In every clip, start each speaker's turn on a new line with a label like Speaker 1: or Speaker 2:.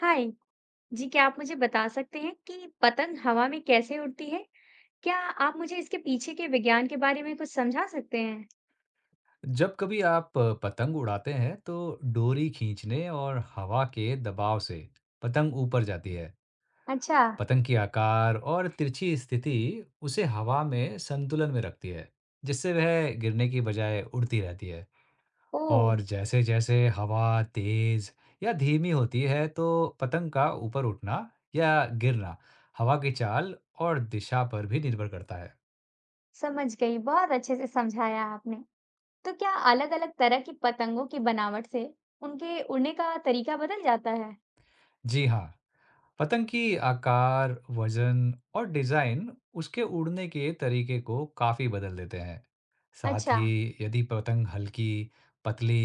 Speaker 1: हाय जी, क्या आप मुझे बता सकते हैं कि पतंग हवा में कैसे उड़ती है? क्या आप मुझे इसके पीछे के विज्ञान के बारे में कुछ समझा सकते हैं?
Speaker 2: जब कभी आप पतंग उड़ाते हैं तो डोरी खींचने और हवा के दबाव से पतंग ऊपर जाती है।
Speaker 1: अच्छा।
Speaker 2: पतंग की आकार और तिरछी स्थिति उसे हवा में संतुलन में रखती है, जिससे वह गिरने की बजाय उड़ती रहती है।
Speaker 1: ओ,
Speaker 2: और जैसे-जैसे हवा तेज या धीमी होती है, तो पतंग का ऊपर उठना या गिरना हवा की चाल और दिशा पर भी निर्भर करता है।
Speaker 1: समझ गई। बहुत अच्छे से समझाया आपने। तो क्या अलग-अलग तरह की पतंगों की बनावट से उनके उड़ने का तरीका बदल जाता है?
Speaker 2: जी हाँ, पतंग की आकार, वजन और डिजाइन उसके उड़ने के तरीके को काफी बदल देते हैं। साथ
Speaker 1: अच्छा,
Speaker 2: ही यदि पतंग हल्की, पतली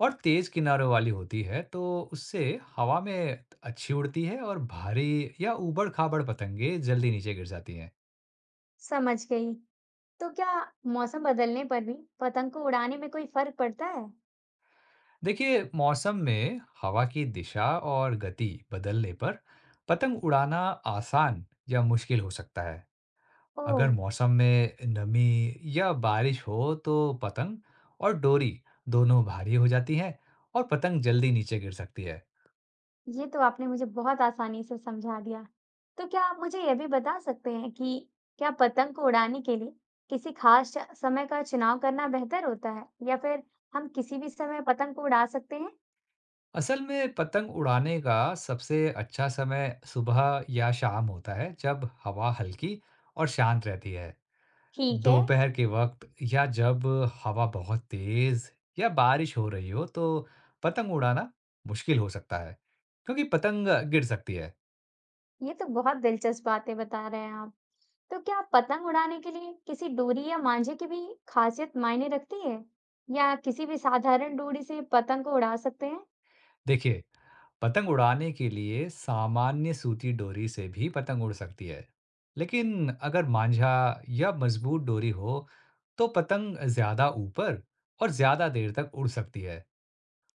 Speaker 2: और तेज किनारों वाली होती है, तो उससे हवा में अच्छी उड़ती है और भारी या ऊबड़-खाबड़ पतंगे जल्दी नीचे गिर जाती हैं।
Speaker 1: समझ गई। तो क्या मौसम बदलने पर भी पतंग को उड़ाने में कोई फर्क पड़ता है?
Speaker 2: देखिए, मौसम में हवा की दिशा और गति बदलने पर पतंग उड़ाना आसान या मुश्किल हो सकता है।
Speaker 1: ओ,
Speaker 2: अगर मौसम में नमी या बारिश हो तो पतंग और डोरी दोनों भारी हो जाती हैं और पतंग जल्दी नीचे गिर सकती है।
Speaker 1: ये तो आपने मुझे बहुत आसानी से समझा दिया। तो क्या आप मुझे यह भी बता सकते हैं कि क्या पतंग को उड़ाने के लिए किसी समय का चुनाव करना बेहतर होता है या फिर हम किसी भी समय पतंग को उड़ा सकते हैं?
Speaker 2: असल में पतंग उड़ाने का सबसे अच्छा समय सुबह या शाम होता है, जब हवा हल्की और शांत रहती है।
Speaker 1: ठीक है।
Speaker 2: दोपहर के वक्त या जब हवा बहुत तेज या बारिश हो रही हो तो पतंग उड़ाना मुश्किल हो सकता है, क्योंकि पतंग गिर सकती है।
Speaker 1: ये तो बहुत दिलचस्प बातें बता रहे हैं आप। तो क्या पतंग उड़ाने के लिए किसी डोरी या मांझे की भी खासियत मायने रखती है या किसी भी साधारण डोरी से पतंग को उड़ा सकते हैं?
Speaker 2: देखिए, पतंग उड़ाने के लिए सामान्य सूती डोरी से भी पतंग उड़ सकती है, लेकिन अगर मांझा या मजबूत डोरी हो, तो पतंग ज्यादा ऊपर और ज्यादा देर तक उड़ सकती है।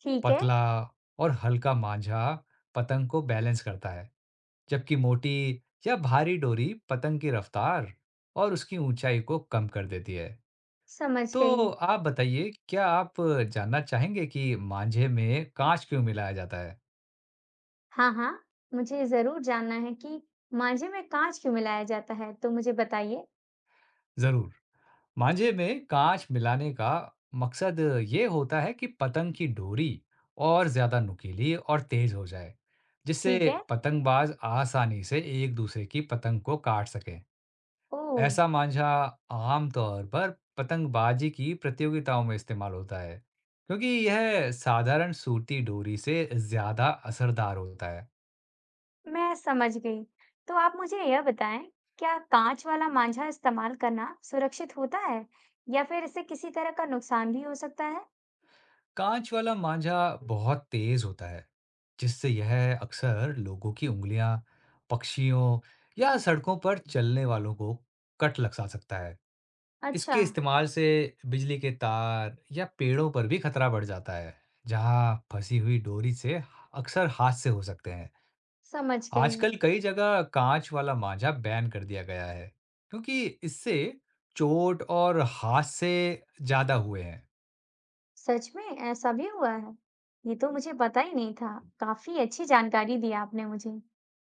Speaker 1: ठीक है,
Speaker 2: पतला और हल्का मांझा पतंग को बैलेंस करता है, जबकि मोटी या भारी डोरी पतंग की रफ्तार और उसकी ऊंचाई को कम कर देती है।
Speaker 1: समझ
Speaker 2: तो
Speaker 1: गई।
Speaker 2: आप बताइए, क्या आप जानना चाहेंगे कि मांझे में कांच क्यों मिलाया जाता है?
Speaker 1: हाँ, हाँ। मुझे ज़रूर जानना है कि मांझे में काँच क्यों मिलाया जाता है? तो मुझे बताइए।
Speaker 2: जरूर। मांझे में कांच मिलाने का मकसद ये होता है कि पतंग की डोरी और ज्यादा नुकीली और तेज हो जाए, जिससे
Speaker 1: ठीक है।
Speaker 2: पतंगबाज आसानी से एक दूसरे की पतंग को काट सकें।
Speaker 1: ओह!
Speaker 2: ऐसा मांझा आमतौर पर पतंगबाजी की प्रतियोगिताओं में इस्तेमाल होता है, क्योंकि यह साधारण सूती डोरी से ज्यादा असरदार होता है।
Speaker 1: मैं समझ गई। तो आप मुझे यह बताएँ, क्या काँच वाला मांझा इस्तेमाल करना सुरक्षित होता है या फिर इससे किसी तरह का नुकसान भी हो सकता है?
Speaker 2: कांच वाला मांझा बहुत तेज होता है, जिससे यह अक्सर लोगों की उंगलियां, पक्षियों या सड़कों पर चलने वालों को कट लगा सकता है।
Speaker 1: अच्छा,
Speaker 2: इसके इस्तेमाल से बिजली के तार या पेड़ों पर भी खतरा बढ़ जाता है, जहां फंसी हुई डोरी से अक्सर हादसे हो सकते हैं।
Speaker 1: समझ गई।
Speaker 2: आजकल कई जगह कांच वाला मांझा बैन कर दिया गया है, क्योंकि इससे चोट और हादसे ज्यादा हुए हैं।
Speaker 1: सच में ऐसा भी हुआ है? ये तो मुझे पता ही नहीं था। काफ़ी अच्छी जानकारी दी आपने मुझे।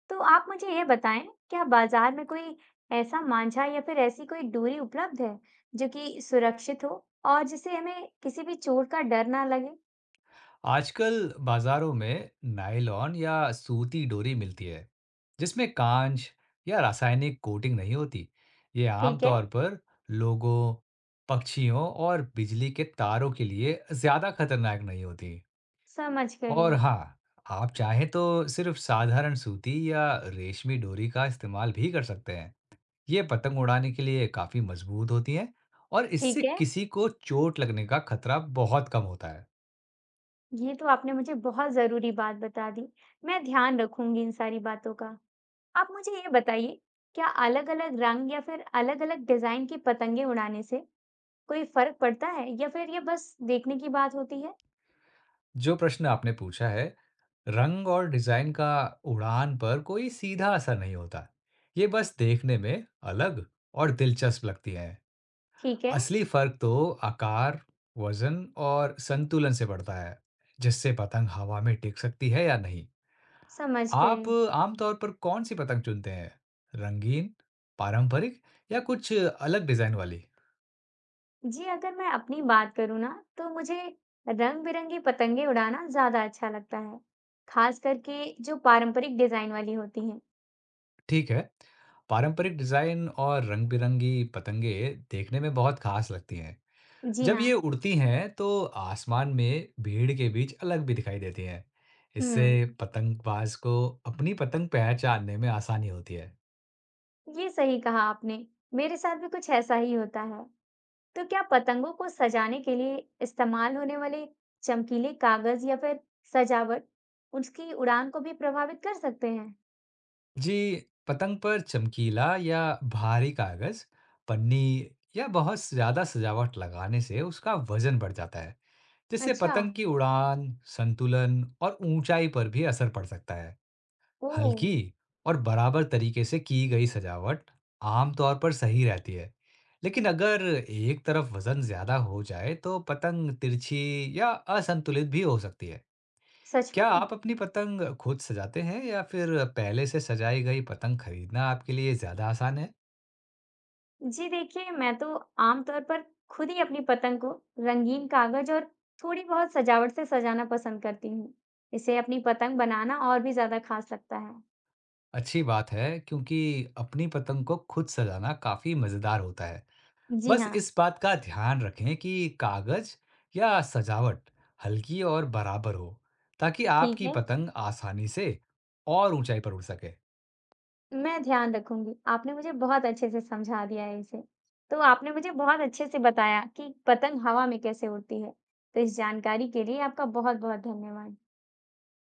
Speaker 1: तो आप मुझे ये बताएं, क्या बाजार में कोई ऐसा मांझा या फिर ऐसी कोई डोरी उपलब्ध है जो कि सुरक्षित हो और जिससे हमें किसी भी चोट का डर ना लगे?
Speaker 2: आजकल बाजारों में नायलॉन या सूती डोरी मिलती है, जिसमें कांच या रासायनिक कोटिंग नहीं होती। ये
Speaker 1: ठीक है,
Speaker 2: आमतौर पर लोगों, पक्षियों और बिजली के तारों के लिए ज्यादा खतरनाक नहीं होती।
Speaker 1: समझ
Speaker 2: और
Speaker 1: गई।
Speaker 2: हाँ, आप चाहें तो सिर्फ साधारण सूती या रेशमी डोरी का इस्तेमाल भी कर सकते हैं। ये पतंग उड़ाने के लिए काफी मजबूत होती हैं और इससे
Speaker 1: ठीक है,
Speaker 2: किसी को चोट लगने का खतरा बहुत कम होता है।
Speaker 1: ये तो आपने मुझे बहुत जरूरी बात बता दी। मैं ध्यान रखूंगी इन सारी बातों का। आप मुझे ये बताइए, क्या अलग-अलग रंग या फिर अलग-अलग डिजाइन की पतंगे उड़ाने से कोई फर्क पड़ता है या फिर ये बस देखने की बात होती है?
Speaker 2: जो प्रश्न आपने पूछा है, रंग और डिज़ाइन का उड़ान पर कोई सीधा असर नहीं होता। ये बस देखने में अलग और दिलचस्प लगती है।
Speaker 1: ठीक है,
Speaker 2: असली फर्क तो आकार, वजन और संतुलन से पड़ता है, जिससे पतंग हवा में टिक सकती है या नहीं।
Speaker 1: समझ गई।
Speaker 2: आप आमतौर पर कौन सी पतंग चुनते हैं? रंगीन, पारंपरिक या कुछ अलग डिज़ाइन वाली?
Speaker 1: जी अगर मैं अपनी बात करूँ ना, तो मुझे रंग बिरंगी पतंगे उड़ाना ज्यादा अच्छा लगता है, खास करके जो पारंपरिक डिजाइन वाली होती हैं।
Speaker 2: ठीक है, पारंपरिक डिज़ाइन और रंग-बिरंगी पतंगे देखने में बहुत खास लगती हैं।
Speaker 1: जी
Speaker 2: जब
Speaker 1: हाँ।
Speaker 2: ये उड़ती हैं तो आसमान में भीड़ के बीच अलग भी दिखाई देती हैं। इससे
Speaker 1: हम्म,
Speaker 2: पतंगबाज को अपनी पतंग पहचानने में आसानी होती है।
Speaker 1: ये सही कहा आपने। मेरे साथ भी कुछ ऐसा ही होता है। तो क्या पतंगों को सजाने के लिए इस्तेमाल होने वाले चमकीले कागज या फिर सजावट उसकी उड़ान को भी प्रभावित कर सकते हैं?
Speaker 2: जी, पतंग पर चमकीला या भारी कागज, पन्नी या बहुत ज्यादा सजावट लगाने से उसका वजन बढ़ जाता है, जिससे
Speaker 1: अच्छा।
Speaker 2: पतंग की उड़ान, संतुलन और ऊंचाई पर भी असर पड़ सकता है।
Speaker 1: ओ।
Speaker 2: हल्की और बराबर तरीके से की गई सजावट आमतौर पर सही रहती है, लेकिन अगर एक तरफ वजन ज्यादा हो जाए तो पतंग तिरछी या असंतुलित भी हो सकती है।
Speaker 1: सच
Speaker 2: क्या
Speaker 1: में।
Speaker 2: आप अपनी पतंग खुद सजाते हैं या फिर पहले से सजाई गई पतंग खरीदना आपके लिए ज्यादा आसान है?
Speaker 1: जी देखिए, मैं तो आमतौर पर खुद ही अपनी पतंग को रंगीन कागज और थोड़ी बहुत सजावट से सजाना पसंद करती हूँ। इससे अपनी पतंग बनाना और भी ज्यादा खास लगता है।
Speaker 2: अच्छी बात है, क्योंकि अपनी पतंग को खुद सजाना काफी मजेदार होता है।
Speaker 1: जी
Speaker 2: बस
Speaker 1: हाँ।
Speaker 2: इस बात का ध्यान रखें कि कागज या सजावट हल्की और बराबर हो, ताकि
Speaker 1: ठीक
Speaker 2: आपकी
Speaker 1: है,
Speaker 2: पतंग आसानी से और ऊंचाई पर उड़ सके।
Speaker 1: मैं ध्यान रखूंगी। आपने मुझे बहुत अच्छे से समझा दिया है इसे। तो आपने मुझे बहुत अच्छे से बताया कि पतंग हवा में कैसे उड़ती है। तो इस जानकारी के लिए आपका बहुत बहुत धन्यवाद।